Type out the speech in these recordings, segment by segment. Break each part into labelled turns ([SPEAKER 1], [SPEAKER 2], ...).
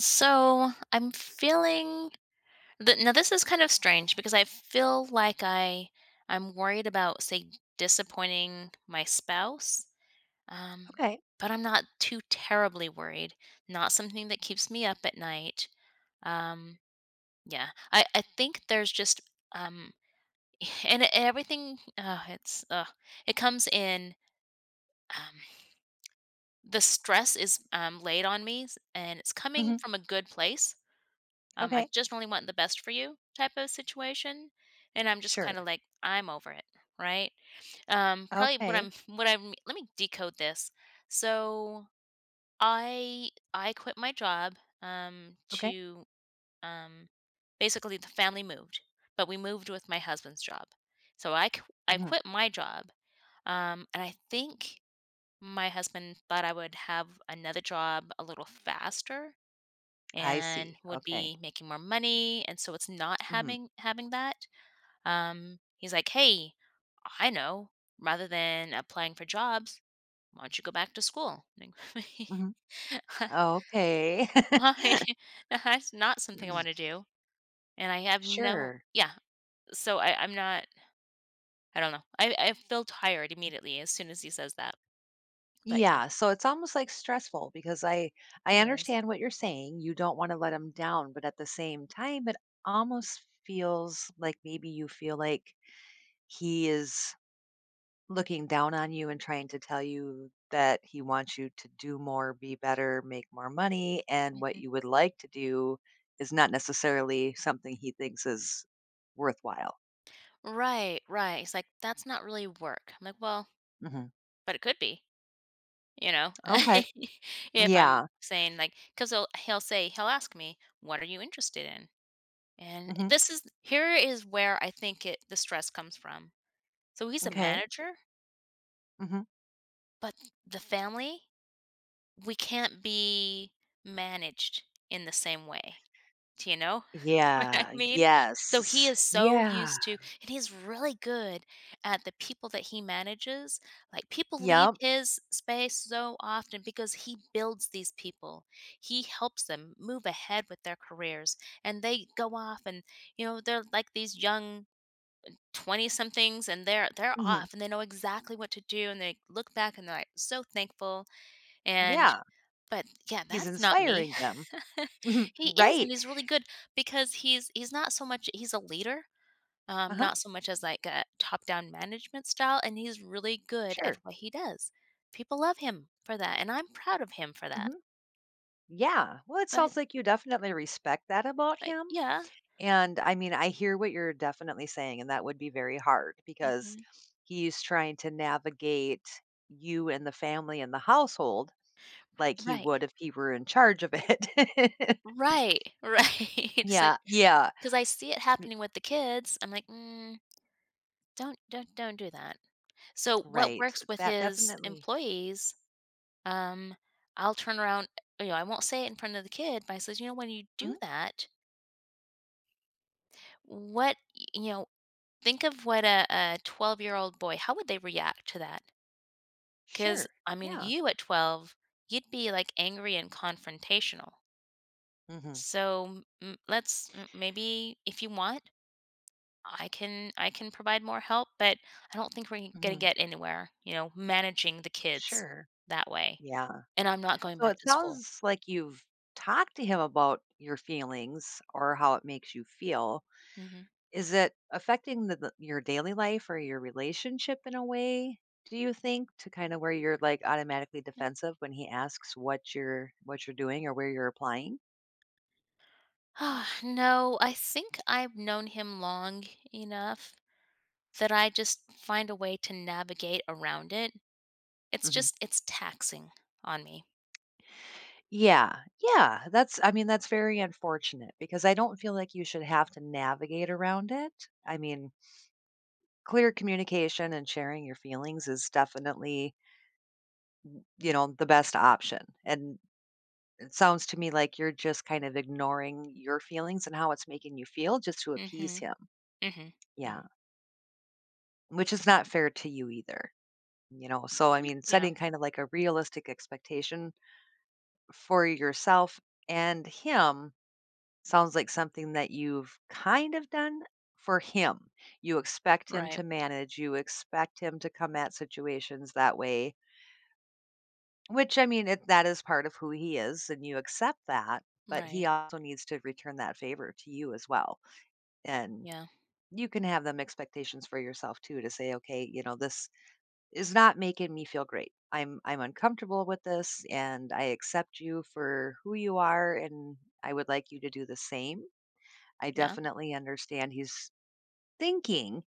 [SPEAKER 1] So I'm feeling that now this is kind of strange because I feel like I'm worried about say disappointing my spouse, um,
[SPEAKER 2] Okay.
[SPEAKER 1] but I'm not too terribly worried. Not something that keeps me up at night. Um, yeah, I think there's just um everything. It's it comes in. Um, the stress is laid on me, and it's coming
[SPEAKER 2] Mhm.
[SPEAKER 1] from a good place. I
[SPEAKER 2] Okay.
[SPEAKER 1] just only want the best for you type of situation, and I'm just
[SPEAKER 2] Sure.
[SPEAKER 1] kind of like I'm over it, right? Probably what I'm
[SPEAKER 2] Okay.
[SPEAKER 1] what I'm. Let me decode this. So I quit my job
[SPEAKER 2] Okay.
[SPEAKER 1] to um, basically the family moved, but we moved with my husband's job. So I
[SPEAKER 2] Mhm.
[SPEAKER 1] quit my job, and I think my husband thought I would have another job a little faster
[SPEAKER 2] I
[SPEAKER 1] and
[SPEAKER 2] see.
[SPEAKER 1] would
[SPEAKER 2] Okay.
[SPEAKER 1] be making more money, and so it's not
[SPEAKER 2] Mhm.
[SPEAKER 1] having that. He's like, "Hey, I know, rather than applying for jobs, why don't you go back to school?" I'm like,
[SPEAKER 2] Mhm. Okay.
[SPEAKER 1] "Why? That's not something I
[SPEAKER 2] Mm.
[SPEAKER 1] want to do, and I have no."
[SPEAKER 2] Sure.
[SPEAKER 1] Yeah. So I'm not. I don't know. I feel tired immediately as soon as he says that. But
[SPEAKER 2] Yeah, so it's almost, like, stressful because I
[SPEAKER 1] yeah, it is.
[SPEAKER 2] understand what you're saying. You don't wanna let 'em down, but at the same time, it almost feels like maybe you feel like he is looking down on you and trying to tell you that he wants you to do more, be better, make more money, and what
[SPEAKER 1] Mm-hmm.
[SPEAKER 2] you would like to do is not necessarily something he thinks is worthwhile.
[SPEAKER 1] Right, right. He's like, "That's not really work." I'm like, "Well,
[SPEAKER 2] Mhm.
[SPEAKER 1] but it could be. You know?"
[SPEAKER 2] Okay.
[SPEAKER 1] If I'm
[SPEAKER 2] Yeah.
[SPEAKER 1] saying, like, 'cause he'll he'll say he'll ask me, "What are you interested in?" And
[SPEAKER 2] Mhm.
[SPEAKER 1] this is here is where I think it the stress comes from. So he's a
[SPEAKER 2] Okay.
[SPEAKER 1] manager,
[SPEAKER 2] Mhm.
[SPEAKER 1] but the family, we can't be managed in the same way. Do you know what I
[SPEAKER 2] Yeah.
[SPEAKER 1] mean? So he
[SPEAKER 2] Yes.
[SPEAKER 1] is so
[SPEAKER 2] Yeah.
[SPEAKER 1] used to, and he's really good at the people that he manages. Like, people leave
[SPEAKER 2] Yep.
[SPEAKER 1] his space so often because he builds these people. He helps them move ahead with their careers, and they go off, and, you know, they're like these young twenty-somethings, and they're
[SPEAKER 2] Mhm.
[SPEAKER 1] off, and they know exactly what to do, and they look back, and they're like so thankful, and
[SPEAKER 2] Yeah.
[SPEAKER 1] but, yeah,
[SPEAKER 2] He's
[SPEAKER 1] that's not me.
[SPEAKER 2] inspiring them.
[SPEAKER 1] He is, and
[SPEAKER 2] Right.
[SPEAKER 1] he's really good because he's not so much, he's a leader,
[SPEAKER 2] Uh-huh.
[SPEAKER 1] not so much as, like, a top-down management style, and he's really good at
[SPEAKER 2] Sure.
[SPEAKER 1] what he does. People love him for that, and I'm proud of him for that.
[SPEAKER 2] Mhm. Yeah. Well, it
[SPEAKER 1] But
[SPEAKER 2] sounds like you definitely respect that about
[SPEAKER 1] but
[SPEAKER 2] him.
[SPEAKER 1] yeah.
[SPEAKER 2] And I mean, I hear what you're definitely saying, and that would be very hard because
[SPEAKER 1] Mhm.
[SPEAKER 2] he's trying to navigate you and the family and the household like he
[SPEAKER 1] Right.
[SPEAKER 2] would if he were in charge of it.
[SPEAKER 1] Right. Right. It's like,
[SPEAKER 2] Yeah, yeah,
[SPEAKER 1] because I see it
[SPEAKER 2] y-
[SPEAKER 1] happening with the kids. I'm like, "Mm, don't don't do that." So, what
[SPEAKER 2] right.
[SPEAKER 1] works with
[SPEAKER 2] That
[SPEAKER 1] his
[SPEAKER 2] definitely.
[SPEAKER 1] employees. Um, I'll turn around, you know, I won't say it in front of the kid, but I says, you know, "When you do
[SPEAKER 2] Mhm.
[SPEAKER 1] that, what, you know, think of what a 12-year-old year old boy, how would they react to that? Because,
[SPEAKER 2] Sure.
[SPEAKER 1] I mean,
[SPEAKER 2] Yeah.
[SPEAKER 1] you at 12, you'd be like angry and confrontational.
[SPEAKER 2] Hmm.
[SPEAKER 1] So let's maybe if you want, I can provide more help, but I don't think we're gonna
[SPEAKER 2] Hmm.
[SPEAKER 1] get anywhere. You know, managing the kids
[SPEAKER 2] Sure.
[SPEAKER 1] that way."
[SPEAKER 2] Yeah.
[SPEAKER 1] And I'm not going
[SPEAKER 2] So
[SPEAKER 1] back
[SPEAKER 2] it
[SPEAKER 1] to school.
[SPEAKER 2] sounds like you've talked to him about your feelings or how it makes you feel.
[SPEAKER 1] Hmm.
[SPEAKER 2] Is it affecting the your daily life or your relationship in a way, do you think, to kinda where you're, like, automatically defensive when he asks what you're doing or where you're applying?
[SPEAKER 1] Ah, no, I think I've known him long enough that I just find a way to navigate around it. It's
[SPEAKER 2] Mhm.
[SPEAKER 1] just it's taxing on me.
[SPEAKER 2] Yeah, yeah, that's I mean, that's very unfortunate because I don't feel like you should have to navigate around it. I mean, clear communication and sharing your feelings is definitely the best option, and it sounds to me like you're just kind of ignoring your feelings and how it's making you feel just to
[SPEAKER 1] Mm.
[SPEAKER 2] appease
[SPEAKER 1] Mhm.
[SPEAKER 2] him.
[SPEAKER 1] Mhm.
[SPEAKER 2] Yeah,
[SPEAKER 1] Mhm.
[SPEAKER 2] which is not fair to you either, you know? So, I mean,
[SPEAKER 1] Yeah.
[SPEAKER 2] setting kind of like a realistic expectation for yourself and him sounds like something that you've kind of done for him. You expect him
[SPEAKER 1] Right.
[SPEAKER 2] to manage, you expect him to come at situations that way, which I mean, it, that is part of who he is and you accept that, but he
[SPEAKER 1] Right.
[SPEAKER 2] also needs to return that favor to you as well. And
[SPEAKER 1] Yeah.
[SPEAKER 2] you can have them expectations for yourself too to say, okay this is not making me feel great. I'm uncomfortable with this and I accept you for who you are and I would like you to do the same. I
[SPEAKER 1] Yeah.
[SPEAKER 2] definitely understand he's thinking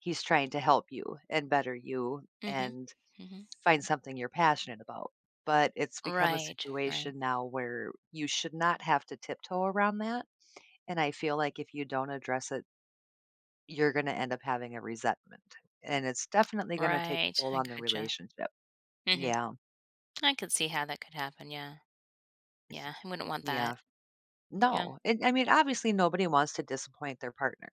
[SPEAKER 2] he's trying to help you and better you
[SPEAKER 1] Mm. Mhm.
[SPEAKER 2] and
[SPEAKER 1] Mm. Mhm.
[SPEAKER 2] find something you're passionate about. But it's become a
[SPEAKER 1] Right. Right.
[SPEAKER 2] situation now where you should not have to tiptoe around that. And I feel like if you don't address it, you're going to end up having a resentment. And it's definitely going to take a
[SPEAKER 1] Right.
[SPEAKER 2] toll
[SPEAKER 1] I
[SPEAKER 2] on the
[SPEAKER 1] gotcha.
[SPEAKER 2] relationship.
[SPEAKER 1] Mm. Mhm.
[SPEAKER 2] Yeah.
[SPEAKER 1] I could see how that could happen. Yeah. Yeah. I wouldn't want
[SPEAKER 2] Yeah.
[SPEAKER 1] that. But yeah.
[SPEAKER 2] No, and I mean, obviously, nobody wants to disappoint their partner,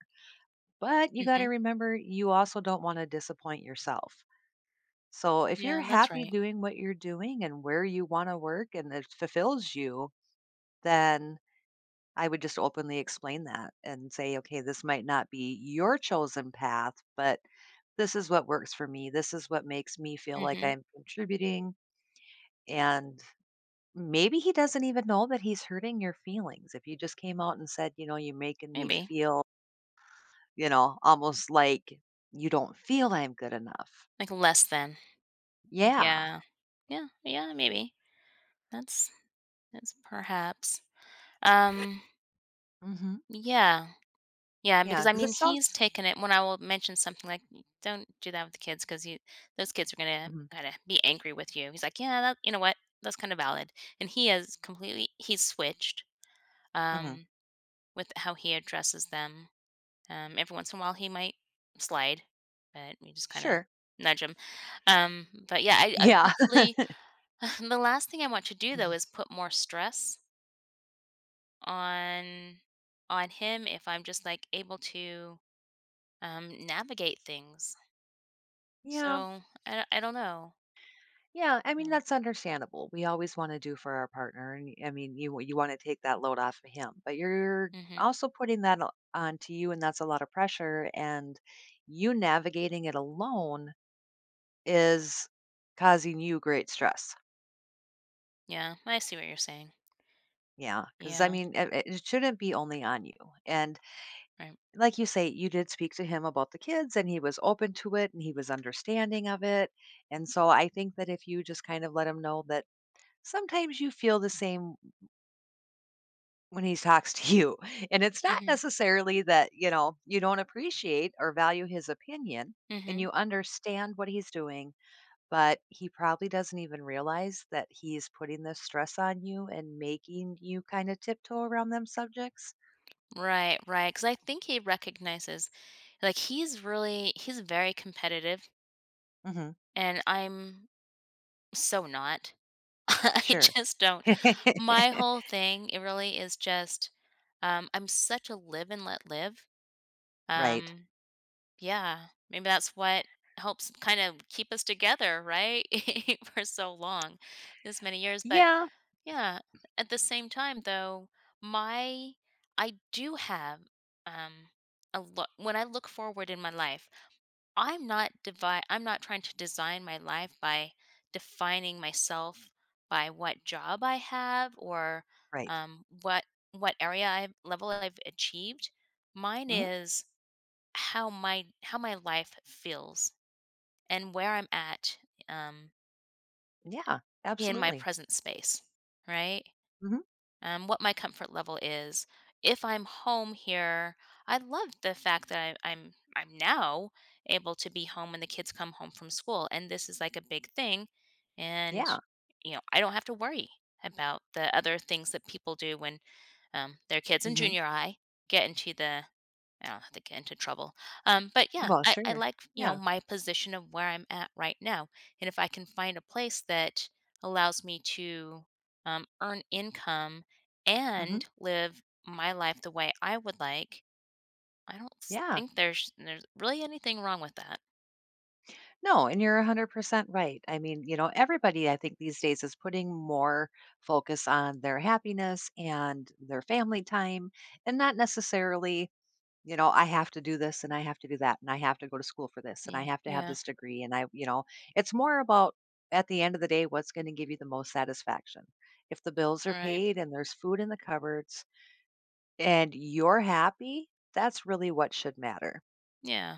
[SPEAKER 2] but you got to
[SPEAKER 1] Mhm.
[SPEAKER 2] remember you also don't want to disappoint yourself. So if you're
[SPEAKER 1] Yeah, that's
[SPEAKER 2] happy
[SPEAKER 1] right.
[SPEAKER 2] doing what you're doing and where you want to work and it fulfills you, then I would just openly explain that and say, okay, this might not be your chosen path, but this is what works for me. This is what makes me feel
[SPEAKER 1] Mm.
[SPEAKER 2] like
[SPEAKER 1] Mhm.
[SPEAKER 2] I'm contributing. And maybe he doesn't even know that he's hurting your feelings. If you just came out and said you're making me
[SPEAKER 1] Maybe.
[SPEAKER 2] feel. You know, almost like, "You don't feel I'm good enough."
[SPEAKER 1] Like less than.
[SPEAKER 2] Yeah.
[SPEAKER 1] Yeah. Yeah. Yeah, maybe. That's That's perhaps. Um,
[SPEAKER 2] Mhm.
[SPEAKER 1] yeah. Yeah, because I
[SPEAKER 2] Because it
[SPEAKER 1] mean,
[SPEAKER 2] sounds.
[SPEAKER 1] he's taken it when I will mention something like, "Y- don't do that with the kids, because you those kids are gonna
[SPEAKER 2] Mhm.
[SPEAKER 1] kind of be angry with you." He's like, "Yeah, that, you know what? That's kind of valid." And he has completely he's switched,
[SPEAKER 2] Mhm.
[SPEAKER 1] um, with how he addresses them. Every once in a while, he might slide, but we just kind of
[SPEAKER 2] Sure.
[SPEAKER 1] nudge him. But yeah, I
[SPEAKER 2] Yeah.
[SPEAKER 1] just really the last thing I want to do though
[SPEAKER 2] Mhm.
[SPEAKER 1] is put more stress on on him if I'm just like able to navigate things.
[SPEAKER 2] Yeah,
[SPEAKER 1] So I don't know.
[SPEAKER 2] yeah, I mean,
[SPEAKER 1] Mm.
[SPEAKER 2] that's understandable. We always wanna do for our partner, and, I mean, you wanna take that load off of him, but you're
[SPEAKER 1] Mm-hmm.
[SPEAKER 2] also putting that o onto you, and that's a lot of pressure, and you navigating it alone is causing you great stress.
[SPEAKER 1] Yeah, I see what you're saying.
[SPEAKER 2] Yeah, because I
[SPEAKER 1] Yeah,
[SPEAKER 2] mean, it shouldn't be only on you, and
[SPEAKER 1] right.
[SPEAKER 2] like you say, you did speak to him about the kids and he was open to it and he was understanding of it. And so I think that if you just kind of let him know that sometimes you feel the same when he talks to you, and it's not
[SPEAKER 1] Mm-hmm.
[SPEAKER 2] necessarily that, you know, you don't appreciate or value his opinion and
[SPEAKER 1] Mm-hmm.
[SPEAKER 2] you understand what he's doing, but he probably doesn't even realize that he's putting this stress on you and making you kind of tiptoe around them subjects.
[SPEAKER 1] Right, right. Because I think he recognizes, like, he's really, he's very competitive,
[SPEAKER 2] Hmm.
[SPEAKER 1] and I'm so not. I
[SPEAKER 2] Sure.
[SPEAKER 1] just don't. My whole thing, it really is just, I'm such a live and let live.
[SPEAKER 2] Right.
[SPEAKER 1] Um, Yeah, maybe that's what helps kind of keep us together, right? For so long, this many years. But
[SPEAKER 2] Yeah.
[SPEAKER 1] yeah, at the same time, though, my I do have um a look when I look forward in my life. I'm not trying to design my life by defining myself by what job I have, or
[SPEAKER 2] Right.
[SPEAKER 1] um, what what area I level I've achieved. Mine
[SPEAKER 2] Mhm.
[SPEAKER 1] is how my life feels and where I'm at, um,
[SPEAKER 2] Yeah,
[SPEAKER 1] in my
[SPEAKER 2] absolutely.
[SPEAKER 1] present space, right?
[SPEAKER 2] Mhm.
[SPEAKER 1] What my comfort level is. If I'm home here, I love the fact that I'm now able to be home when the kids come home from school, and this is like a big thing, and
[SPEAKER 2] Yeah.
[SPEAKER 1] you know I don't have to worry about the other things that people do when, their kids in
[SPEAKER 2] Mhm.
[SPEAKER 1] junior high get into the I don't have to get into trouble. But yeah,
[SPEAKER 2] Well,
[SPEAKER 1] I
[SPEAKER 2] sure.
[SPEAKER 1] like, you know,
[SPEAKER 2] Yeah.
[SPEAKER 1] my position of where I'm at right now. And if I can find a place that allows me to earn income
[SPEAKER 2] Mhm.
[SPEAKER 1] and live my life the way I would like, I don't s-
[SPEAKER 2] Yeah.
[SPEAKER 1] think there's really anything wrong with that.
[SPEAKER 2] No, and you're 100% right. I mean everybody I think these days is putting more focus on their happiness and their family time and not necessarily I have to do this and I have to do that and I have to go to school for this and I
[SPEAKER 1] Y-
[SPEAKER 2] have to have
[SPEAKER 1] yeah,
[SPEAKER 2] this degree and I it's more about at the end of the day what's going to give you the most satisfaction. If the bills are
[SPEAKER 1] right.
[SPEAKER 2] paid and there's food in the cupboards, and you're happy, that's really what should matter.
[SPEAKER 1] Yeah,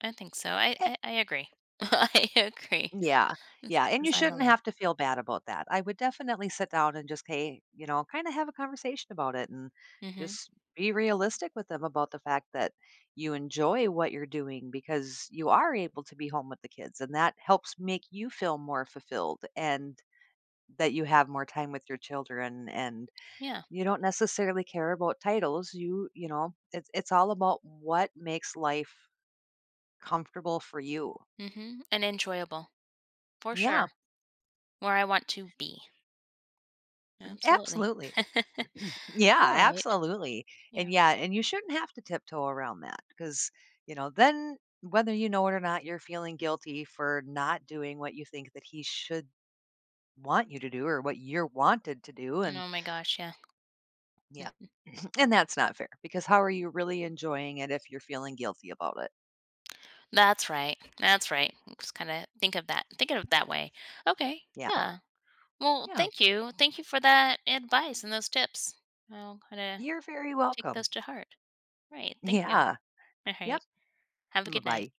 [SPEAKER 1] I think so.
[SPEAKER 2] Eh,
[SPEAKER 1] I agree. I agree.
[SPEAKER 2] yeah,
[SPEAKER 1] Let's
[SPEAKER 2] yeah, and you
[SPEAKER 1] design the
[SPEAKER 2] shouldn't
[SPEAKER 1] life.
[SPEAKER 2] have to feel bad about that. I would definitely sit down and just, hey kind of have a conversation about it and
[SPEAKER 1] Mm-hmm.
[SPEAKER 2] just be realistic with them about the fact that you enjoy what you're doing because you are able to be home with the kids and that helps make you feel more fulfilled and that you have more time with your children and
[SPEAKER 1] Yeah.
[SPEAKER 2] you don't necessarily care about titles. It's all about what makes life comfortable for you.
[SPEAKER 1] Mm-hmm. And enjoyable for
[SPEAKER 2] Yeah,
[SPEAKER 1] sure. Where I want to be.
[SPEAKER 2] mm,
[SPEAKER 1] Absolutely.
[SPEAKER 2] absolutely.
[SPEAKER 1] All
[SPEAKER 2] Yeah,
[SPEAKER 1] right.
[SPEAKER 2] absolutely. And
[SPEAKER 1] Yeah.
[SPEAKER 2] yeah, and you shouldn't have to tiptoe around that because then whether you know it or not, you're feeling guilty for not doing what you think that he should want you to do or what you're wanted to do. And
[SPEAKER 1] Oh my gosh. Yeah.
[SPEAKER 2] yeah, and that's not fair because how are you really enjoying it if you're feeling guilty about it?
[SPEAKER 1] That's right. That's right. Just kind of think of that. Think of it that way. Okay.
[SPEAKER 2] Yeah,
[SPEAKER 1] Yeah. Well,
[SPEAKER 2] yeah,
[SPEAKER 1] thank you. Thank you for that advice and those tips. I'll kind of
[SPEAKER 2] you're very
[SPEAKER 1] take those
[SPEAKER 2] welcome.
[SPEAKER 1] to heart. Right. Thank you.
[SPEAKER 2] Yeah,
[SPEAKER 1] All
[SPEAKER 2] yep.
[SPEAKER 1] right. Have a
[SPEAKER 2] Bye
[SPEAKER 1] good night.
[SPEAKER 2] bye.